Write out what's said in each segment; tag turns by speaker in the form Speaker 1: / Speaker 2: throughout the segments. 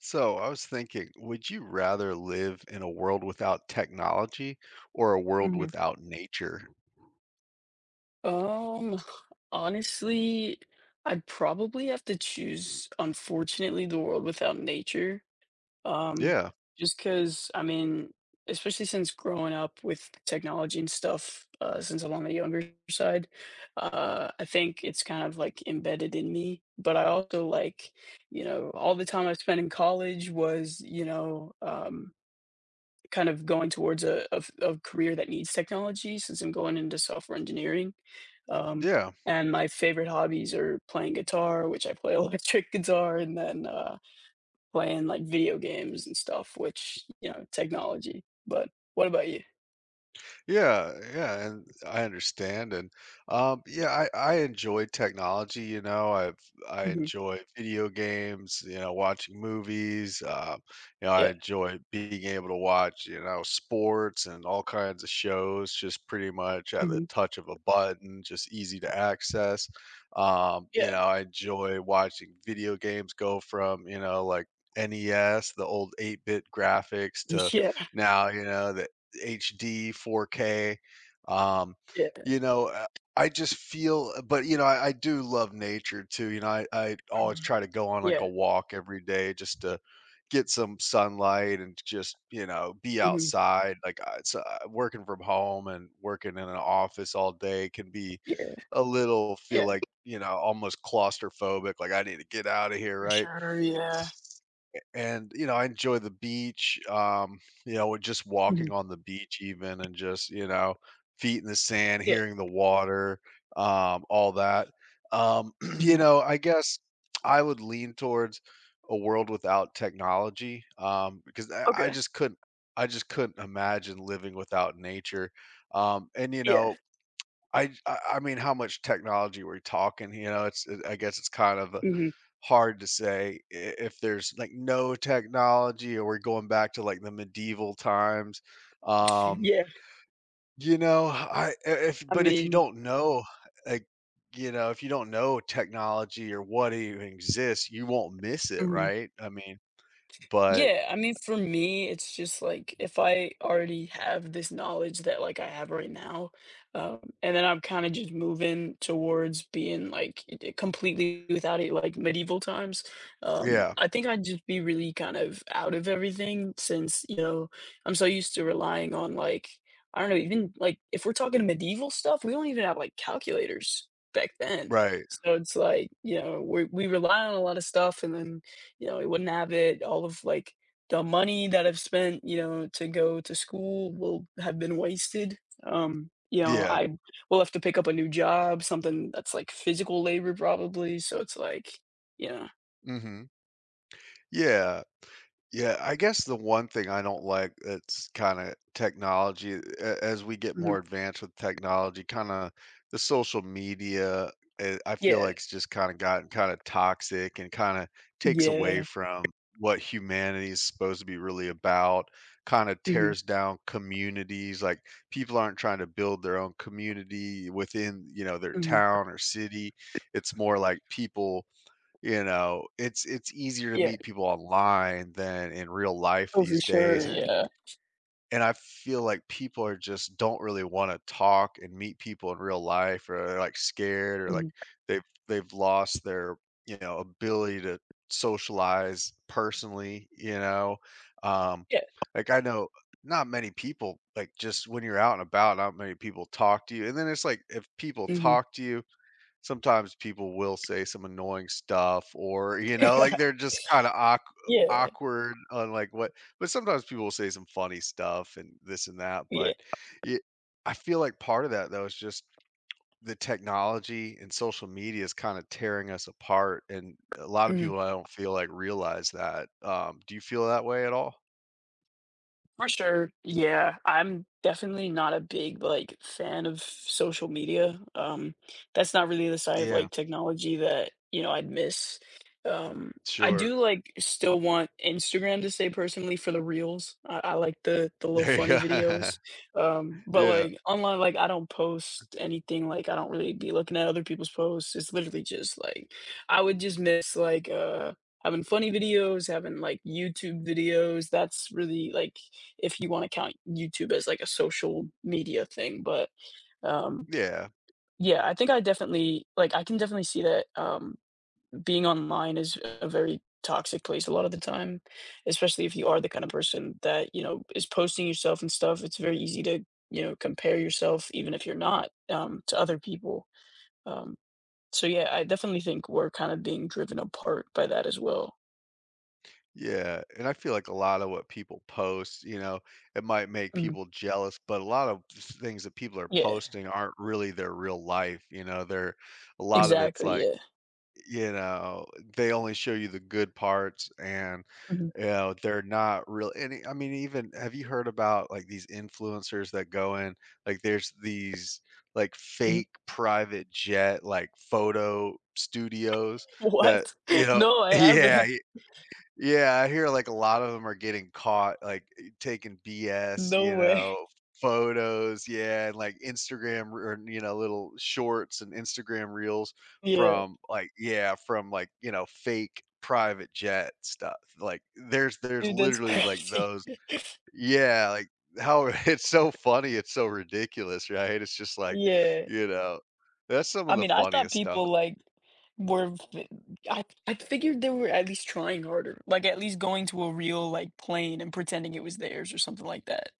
Speaker 1: So I was thinking, would you rather live in a world without technology or a world
Speaker 2: Mhm.
Speaker 1: without nature?
Speaker 2: Um, Honestly, I'd probably have to choose, unfortunately, the world without nature. Um,
Speaker 1: Yeah,
Speaker 2: Just because, especially since growing up with technology and stuff, since I'm on the younger side, I think it's kind of like embedded in me. But I also like, all the time I spent in college was, you know, kind of going towards a career that needs technology since I'm going into software engineering. Um,
Speaker 1: yeah.
Speaker 2: and my favorite hobbies are playing guitar, which I play electric guitar, and then playing like video games and stuff, which, you know, technology. But what about you?
Speaker 1: Yeah, yeah, and I understand, and, yeah, I enjoy technology, you know, I
Speaker 2: Hmm.
Speaker 1: enjoy video games, you know, watching movies, you know, I
Speaker 2: Yeah.
Speaker 1: enjoy being able to watch, you know, sports and all kinds of shows just pretty much at the
Speaker 2: Hmm.
Speaker 1: touch of a button, just easy to access. You
Speaker 2: Yeah.
Speaker 1: know, I enjoy watching video games go from, you know, like, NES, the old 8-bit graphics to now, you know, the HD, 4K. Um,
Speaker 2: Yeah. Yeah.
Speaker 1: you know, uh, I just feel, but you know, I do love nature too. You know, I always
Speaker 2: Mhm.
Speaker 1: try to go on like
Speaker 2: Yeah.
Speaker 1: a walk every day just to get some sunlight and just you know be
Speaker 2: Hmm.
Speaker 1: outside. Working from home and working in an office all day can be
Speaker 2: Yeah.
Speaker 1: a little feel
Speaker 2: Yeah.
Speaker 1: like you know almost claustrophobic. Like I need to get out of here,
Speaker 2: For
Speaker 1: right?
Speaker 2: sure. Yeah.
Speaker 1: And, you know, I enjoy the beach, you know, with just walking
Speaker 2: Hmm.
Speaker 1: on the beach even and just, you know, feet in the sand,
Speaker 2: Yeah.
Speaker 1: hearing the water, all that. Um, you
Speaker 2: Hmm.
Speaker 1: know, I guess I would lean towards a world without technology, because I
Speaker 2: Okay.
Speaker 1: just couldn't. I just couldn't imagine living without nature. And you
Speaker 2: Yeah.
Speaker 1: know, I mean, how much technology we're talking, you know, I guess it's kind of a
Speaker 2: Hmm.
Speaker 1: hard to say if there's like no technology or we're going back to like the medieval times. um
Speaker 2: Yeah.
Speaker 1: you know if
Speaker 2: I
Speaker 1: but if you
Speaker 2: mean,
Speaker 1: don't know like you know if you don't know technology or what even exists you won't miss it,
Speaker 2: mhm.
Speaker 1: right? I mean, but
Speaker 2: Yeah, I mean, for me, it's just like if I already have this knowledge that like I have right now, and then I'm kind of just moving towards being like completely without it, like medieval times.
Speaker 1: yeah,
Speaker 2: I think I'd just be really kind of out of everything since, you know, I'm so used to relying on like, I don't know, even like if we're talking medieval stuff, we don't even have like calculators back then.
Speaker 1: right,
Speaker 2: So it's like, you know, we rely on a lot of stuff, and then you know, I wouldn't have it. All of, like, the money that I've spent, you know, to go to school will have been wasted. You know,
Speaker 1: yeah,
Speaker 2: I will have to pick up a new job, something that's, like, physical labor probably, so it's like yeah.
Speaker 1: mhm, yeah. Yeah, I guess the one thing I don't like that's kinda technology a as we get
Speaker 2: Mhm.
Speaker 1: more advanced with technology, kinda the social media, I feel
Speaker 2: Yeah.
Speaker 1: like it's just kinda gotten kinda toxic and kinda takes away
Speaker 2: Yeah.
Speaker 1: from what humanity is supposed to be really about, kinda
Speaker 2: Mhm.
Speaker 1: tears down communities, like, people aren't trying to build their own community within, you know, their
Speaker 2: Mhm.
Speaker 1: town or city. It's more like people you know, it's easier to
Speaker 2: Yeah.
Speaker 1: meet people online than in real life
Speaker 2: Oh, for
Speaker 1: these
Speaker 2: sure,
Speaker 1: days,
Speaker 2: yeah.
Speaker 1: and I feel like people are just don't really wanna talk and meet people in real life or they're, like, scared or, like,
Speaker 2: Mhm.
Speaker 1: they've they've lost their, you know, ability to socialize personally, you know? Um,
Speaker 2: Yeah.
Speaker 1: like, I know not many people like, just when you're out and about, not many people talk to you, and then it's like, if people
Speaker 2: Mhm.
Speaker 1: talk to you sometimes people will say some annoying stuff or, you know, like, they're just kinda
Speaker 2: Yeah. Yeah.
Speaker 1: awkward on, like, what but sometimes people will say some funny stuff and this and that,
Speaker 2: Yeah.
Speaker 1: but y I feel like part of that, though, is just the technology and social media is kinda tearing us apart, and a lot of
Speaker 2: Mhm.
Speaker 1: people, I don't feel like realize that. Do you feel that way at all?
Speaker 2: For sure. Yeah, I'm definitely not a big like fan of social media. That's not really the side of
Speaker 1: Yeah,
Speaker 2: like technology that, you know, I'd miss. Um, I
Speaker 1: sure.
Speaker 2: do like still want Instagram to stay personally for the reels. I like the little funny
Speaker 1: Yeah.
Speaker 2: videos. But
Speaker 1: Yeah.
Speaker 2: like online, like I don't post anything. Like I don't really be looking at other people's posts. It's literally just like I would just miss like having funny videos, having like YouTube videos. That's really like if you want to count YouTube as like a social media thing. But um,
Speaker 1: Yeah.
Speaker 2: yeah, I think I definitely like I can definitely see that being online is a very toxic place a lot of the time, especially if you are the kind of person that you know is posting yourself and stuff. It's very easy to you know compare yourself even if you're not to other people. Um, so yeah, I definitely think we're kind of being driven apart by that as well.
Speaker 1: Yeah, and I feel like a lot of what people post, you know, it might make
Speaker 2: Mhm.
Speaker 1: people jealous, but a lot of things that people are
Speaker 2: Yeah,
Speaker 1: posting aren't really their real life, you know, they're a lot of it's
Speaker 2: exactly.
Speaker 1: like,
Speaker 2: Yeah.
Speaker 1: you know, they only show you the good parts and
Speaker 2: Mhm,
Speaker 1: you know, they're not real any I mean even have you heard about like these influencers that go in like there's these like
Speaker 2: mhm.
Speaker 1: fake private jet like photo studios that
Speaker 2: What?
Speaker 1: you know
Speaker 2: No, I
Speaker 1: yeah
Speaker 2: haven't.
Speaker 1: yeah, I hear, like, a lot of them are getting caught, like, taking BS,
Speaker 2: No
Speaker 1: you
Speaker 2: way.
Speaker 1: know, photos, yeah, and, like, you know, little shorts and Instagram reels
Speaker 2: Yeah.
Speaker 1: from, like yeah, from, like, you know, fake private jet stuff, like, there's
Speaker 2: Dude, that's
Speaker 1: literally, like,
Speaker 2: crazy.
Speaker 1: those yeah, like, how it's so funny, it's so ridiculous, right? It's just like,
Speaker 2: Yeah.
Speaker 1: you know, that's some of
Speaker 2: I
Speaker 1: the
Speaker 2: mean, I thought
Speaker 1: funniest stuff.
Speaker 2: people, like, were fi- I figured they were at least trying harder, like, at least going to a real, like, plane and pretending it was theirs or something like that.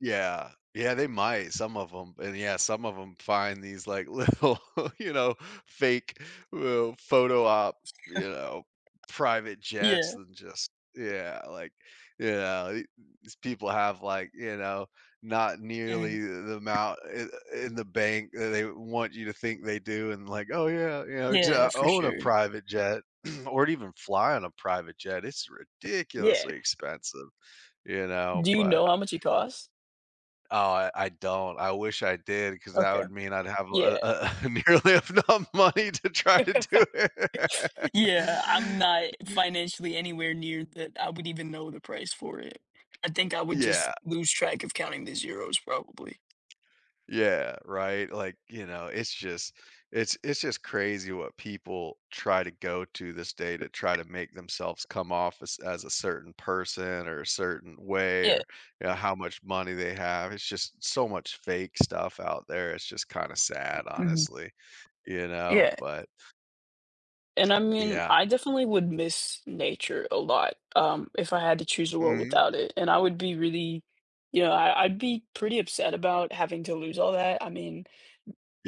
Speaker 1: Yeah. Yeah, they might, some of them, and yeah, some of them find these, like, little, you know, fake, well, photo op, you know, private jets
Speaker 2: Yeah.
Speaker 1: and just yeah, like, you know, the these people have, like, you know, not
Speaker 2: Mhm.
Speaker 1: nearly the amount I in the bank that they want you to think they do and like, "Oh, yeah, you know,
Speaker 2: Yeah,
Speaker 1: to
Speaker 2: for
Speaker 1: own a
Speaker 2: sure.
Speaker 1: private jet or to even fly on a private jet, it's
Speaker 2: Yeah.
Speaker 1: ridiculously expensive," you know,
Speaker 2: Do you
Speaker 1: but
Speaker 2: know how much it costs?
Speaker 1: oh, I don't. I wish I did, because that
Speaker 2: Okay.
Speaker 1: would mean I'd have a
Speaker 2: Yeah.
Speaker 1: a nearly enough money to try to do it.
Speaker 2: Yeah, I'm not financially anywhere near that I would even know the price for it. I think I would
Speaker 1: Yeah,
Speaker 2: just lose track of counting the zeros probably.
Speaker 1: yeah, right? Like, you know, it's just it's just crazy what people try to go to this day to try to make themselves come off as a certain person or a certain way
Speaker 2: Yeah.
Speaker 1: or, you know, how much money they have. It's just so much fake stuff out there. It's just kinda sad,
Speaker 2: Mhm.
Speaker 1: honestly, you know?
Speaker 2: Yeah.
Speaker 1: But
Speaker 2: And I mean,
Speaker 1: yeah.
Speaker 2: I definitely would miss nature a lot, if I had to choose a world
Speaker 1: Mhm.
Speaker 2: without it, and I would be really you know, I I'd be pretty upset about having to lose all that. I mean,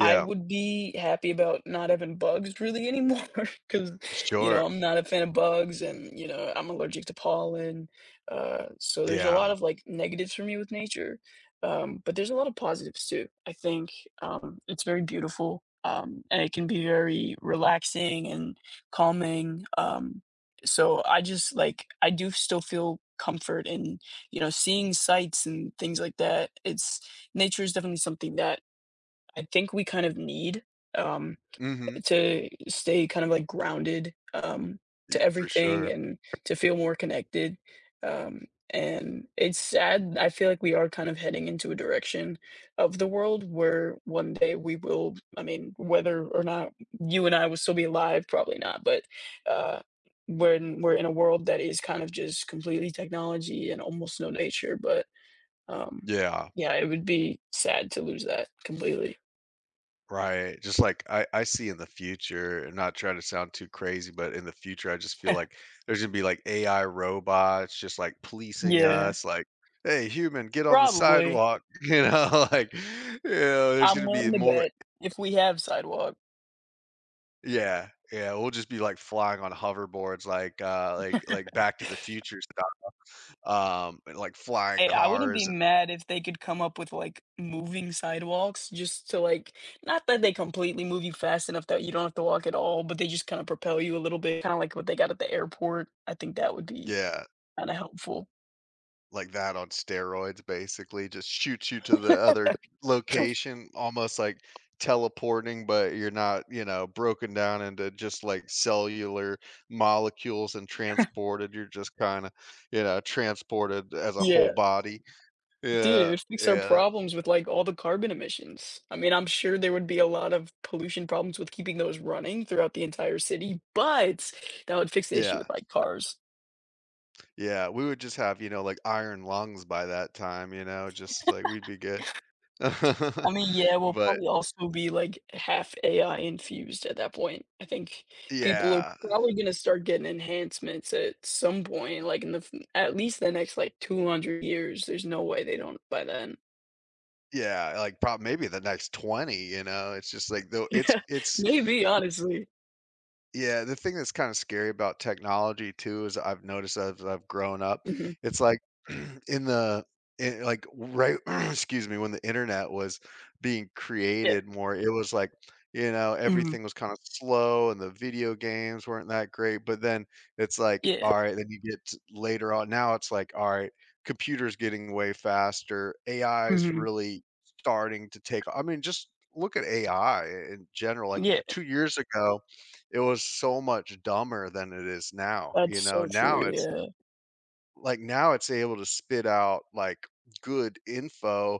Speaker 2: I would be happy about not having bugs really anymore because, you
Speaker 1: Sure.
Speaker 2: know, I'm not a fan of bugs and, you know, I'm allergic to pollen. So there's a
Speaker 1: Yeah.
Speaker 2: lot of like negatives for me with nature, but there's a lot of positives too. I think it's very beautiful and it can be very relaxing and calming. So I just like, I do still feel comfort in, you know, seeing sights and things like that. It's nature is definitely something that I think we kind of need um,
Speaker 1: Mhm.
Speaker 2: to stay kind of like grounded to
Speaker 1: For
Speaker 2: everything
Speaker 1: sure.
Speaker 2: and to feel more connected. Um, and it's sad. I feel like we are kind of heading into a direction of the world where one day we will, I mean, whether or not you and I will still be alive, probably not, but uh, when we're in a world that is kind of just completely technology and almost no nature. But um,
Speaker 1: Yeah.
Speaker 2: yeah, it would be sad to lose that completely.
Speaker 1: Right. Just like I see in the future, and not trying to sound too crazy, but in the future, I just feel like there's gonna be like AI robots just like policing
Speaker 2: Yeah,
Speaker 1: us, like, hey, human, get on the
Speaker 2: probably.
Speaker 1: sidewalk. You know, like, you know, there's
Speaker 2: I'm
Speaker 1: gonna be
Speaker 2: willing to
Speaker 1: more
Speaker 2: bet if we have sidewalk.
Speaker 1: yeah, yeah. We'll just be like flying on hoverboards like back to the future stuff. And like flying
Speaker 2: Hey, I wouldn't be
Speaker 1: cars and
Speaker 2: mad if they could come up with, like, moving sidewalks, just to, like, not that they completely move you fast enough that you don't have to walk at all, but they just kinda propel you a little bit, kinda like what they got at the airport. I think that would be
Speaker 1: yeah.
Speaker 2: kinda helpful.
Speaker 1: Like that on steroids, basically, just shoots you to the other location, almost like teleporting, but you're not, you know, broken down into just like cellular molecules and transported. You're just kinda, you know, transported as a whole
Speaker 2: Yeah.
Speaker 1: body.
Speaker 2: Dude, it
Speaker 1: Yeah,
Speaker 2: would fix our
Speaker 1: yeah,
Speaker 2: problems with, like, all the carbon emissions. I mean, I'm sure there would be a lot of pollution problems with keeping those running throughout the entire city, but that would fix the issue
Speaker 1: yeah,
Speaker 2: with, like, cars.
Speaker 1: yeah. We would just have, you know, like iron lungs by that time, you know, just like we'd be good.
Speaker 2: I mean, yeah, we'll
Speaker 1: But
Speaker 2: probably also be like half AI infused at that point. I think people are
Speaker 1: yeah.
Speaker 2: probably gonna start getting enhancements at some point, like in the f at least the next like 200 years. There's no way they don't by then.
Speaker 1: Yeah, like, probably maybe the next 20, you know? It's just like, though it's
Speaker 2: Maybe, honestly.
Speaker 1: yeah, the thing that's kinda scary about technology too is I've noticed as I've grown up,
Speaker 2: Mhm.
Speaker 1: it's like in the in like, right excuse me, when the internet was being
Speaker 2: Yeah.
Speaker 1: created more, it was like, you know,
Speaker 2: Mhm.
Speaker 1: everything was kinda slow and the video games weren't that great, but then it's like,
Speaker 2: Yeah.
Speaker 1: alright, then you get to later on now it's like, alright, computers getting way faster, AI is
Speaker 2: Mhm.
Speaker 1: really starting to take I mean, just look at AI in general, like,
Speaker 2: Yeah.
Speaker 1: 2 years ago it was so much dumber than it is now, you
Speaker 2: That's
Speaker 1: know?
Speaker 2: so
Speaker 1: Now
Speaker 2: true, yeah.
Speaker 1: now it's able to spit out, like, good info,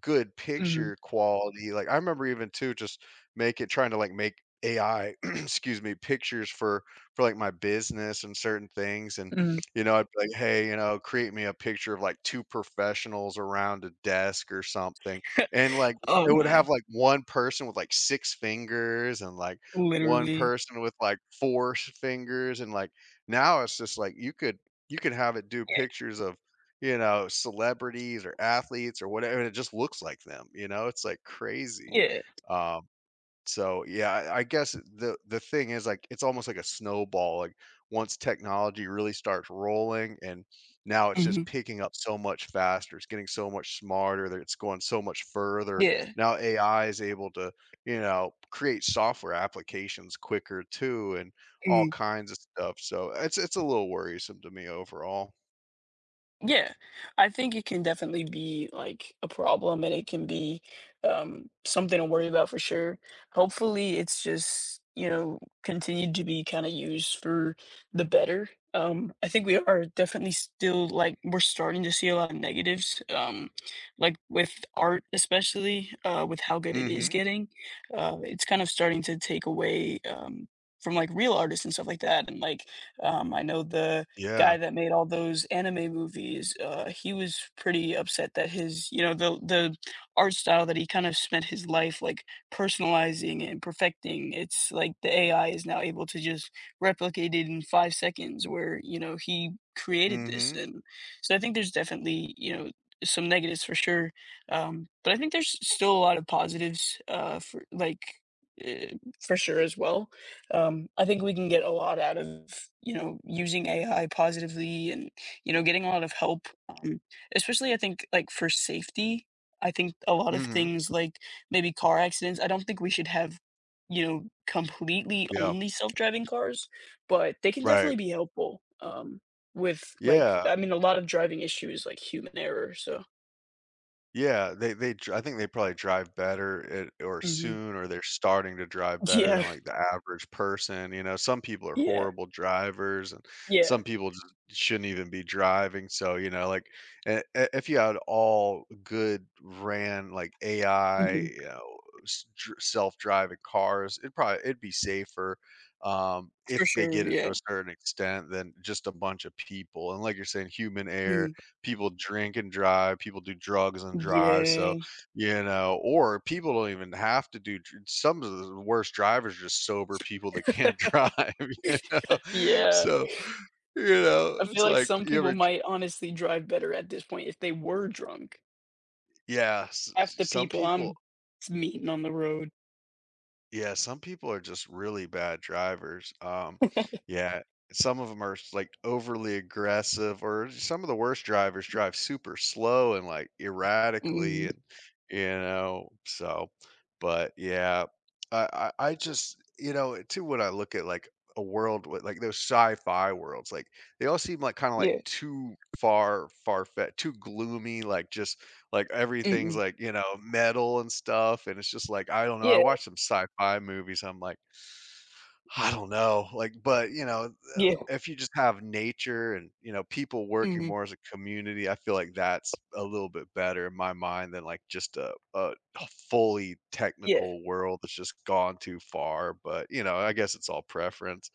Speaker 1: good
Speaker 2: Mhm.
Speaker 1: picture quality, like, I remember even too just make it trying to, like, make AI, excuse me, pictures for like, my business and certain things, and,
Speaker 2: Mhm.
Speaker 1: you know, I'd be like, "Hey," you know, "create me a picture of, like, 2 professionals around a desk or something," and, like, it
Speaker 2: Oh,
Speaker 1: would have,
Speaker 2: man.
Speaker 1: like, 1 person with, like, 6 fingers and, like, 1
Speaker 2: Literally.
Speaker 1: person with, like, 4 s fingers, and, like, now it's just like you could you can have it do
Speaker 2: Yeah.
Speaker 1: pictures of, you know, celebrities or athletes or whatever, and it just looks like them, you know? It's, like, crazy.
Speaker 2: Yeah.
Speaker 1: Um so, yeah, I guess the thing is, like, it's almost like a snowball, like, once technology really starts rolling and now it's just
Speaker 2: Mhm.
Speaker 1: picking up so much faster, it's getting so much smarter, that it's going so much further.
Speaker 2: Yeah.
Speaker 1: Now AI is able to, you know, create software applications quicker too and all
Speaker 2: Mhm.
Speaker 1: kinds of stuff, so it's a little worrisome to me overall.
Speaker 2: Yeah, I think it can definitely be like a problem and it can be something to worry about for sure. Hopefully, it's just, you know, continued to be kind of used for the better. I think we are definitely still like we're starting to see a lot of negatives, like with art, especially with how good it is
Speaker 1: Mhm.
Speaker 2: getting. It's kind of starting to take away from like real artists and stuff like that. And like, I know the
Speaker 1: Yeah.
Speaker 2: guy that made all those anime movies, he was pretty upset that his, you know, the art style that he kind of spent his life like personalizing and perfecting, it's like the AI is now able to just replicate it in 5 seconds where, you know, he created this.
Speaker 1: Mhm.
Speaker 2: And so I think there's definitely, you know, some negatives for sure. But I think there's still a lot of positives for like uh, for sure as well I think we can get a lot out of you know using AI positively and you know getting a lot of help, especially I think like for safety. I think a lot of
Speaker 1: Mhm.
Speaker 2: things like maybe car accidents. I don't think we should have you know completely
Speaker 1: Yeah,
Speaker 2: only self-driving cars, but they can
Speaker 1: right.
Speaker 2: definitely be helpful with like
Speaker 1: Yeah.
Speaker 2: I mean a lot of driving issues like human error. So
Speaker 1: Yeah, they dri I think they probably drive better at or
Speaker 2: hmm
Speaker 1: soon, or they're starting to drive better than,
Speaker 2: yeah,
Speaker 1: like, the average person, you know? Some people are
Speaker 2: yeah,
Speaker 1: horrible drivers, and
Speaker 2: yeah,
Speaker 1: some people just shouldn't even be driving, so, you know, like, I if you had all good ran, like, AI,
Speaker 2: hmm
Speaker 1: you know, s dr self-driving cars, it'd be safer,
Speaker 2: for
Speaker 1: if they
Speaker 2: sure.
Speaker 1: get it to
Speaker 2: Yeah,
Speaker 1: a certain extent than just a bunch of people, and like you're saying, human error
Speaker 2: hmm
Speaker 1: people drink and drive, people do drugs and drive, so,
Speaker 2: yeah,
Speaker 1: you know or people don't even have to do dr some of the worst drivers are just sober people that can't drive, you know?
Speaker 2: yeah.
Speaker 1: So, you know,
Speaker 2: I feel
Speaker 1: it's
Speaker 2: like
Speaker 1: like,
Speaker 2: some
Speaker 1: you
Speaker 2: people
Speaker 1: ever
Speaker 2: might honestly drive better at this point if they were drunk.
Speaker 1: yeah, s
Speaker 2: Half the
Speaker 1: some
Speaker 2: people
Speaker 1: people
Speaker 2: I'm meeting on the road.
Speaker 1: yeah, some people are just really bad drivers. Yeah. Yeah, some of them are like overly aggressive, or some of the worst drivers drive super slow and like erratically,
Speaker 2: Mhm.
Speaker 1: and you know, so. But yeah, I just you know too when I look at like a world with like those sci-fi worlds, like they all seem like kind of like
Speaker 2: Yeah.
Speaker 1: too far far fetched, too gloomy, like just like, everything's,
Speaker 2: Mhm.
Speaker 1: like, you know, metal and stuff, and it's just, like, I don't know, I
Speaker 2: Yeah.
Speaker 1: watch some sci-fi movies, I'm, like, I don't know, like, but, you know, the
Speaker 2: Yeah.
Speaker 1: if you just have nature and, you know, people working
Speaker 2: Mhm.
Speaker 1: more as a community, I feel like that's a little bit better in my mind than, like, just a fully
Speaker 2: Yeah.
Speaker 1: technical world that's just gone too far, but, you know, I guess it's all preference.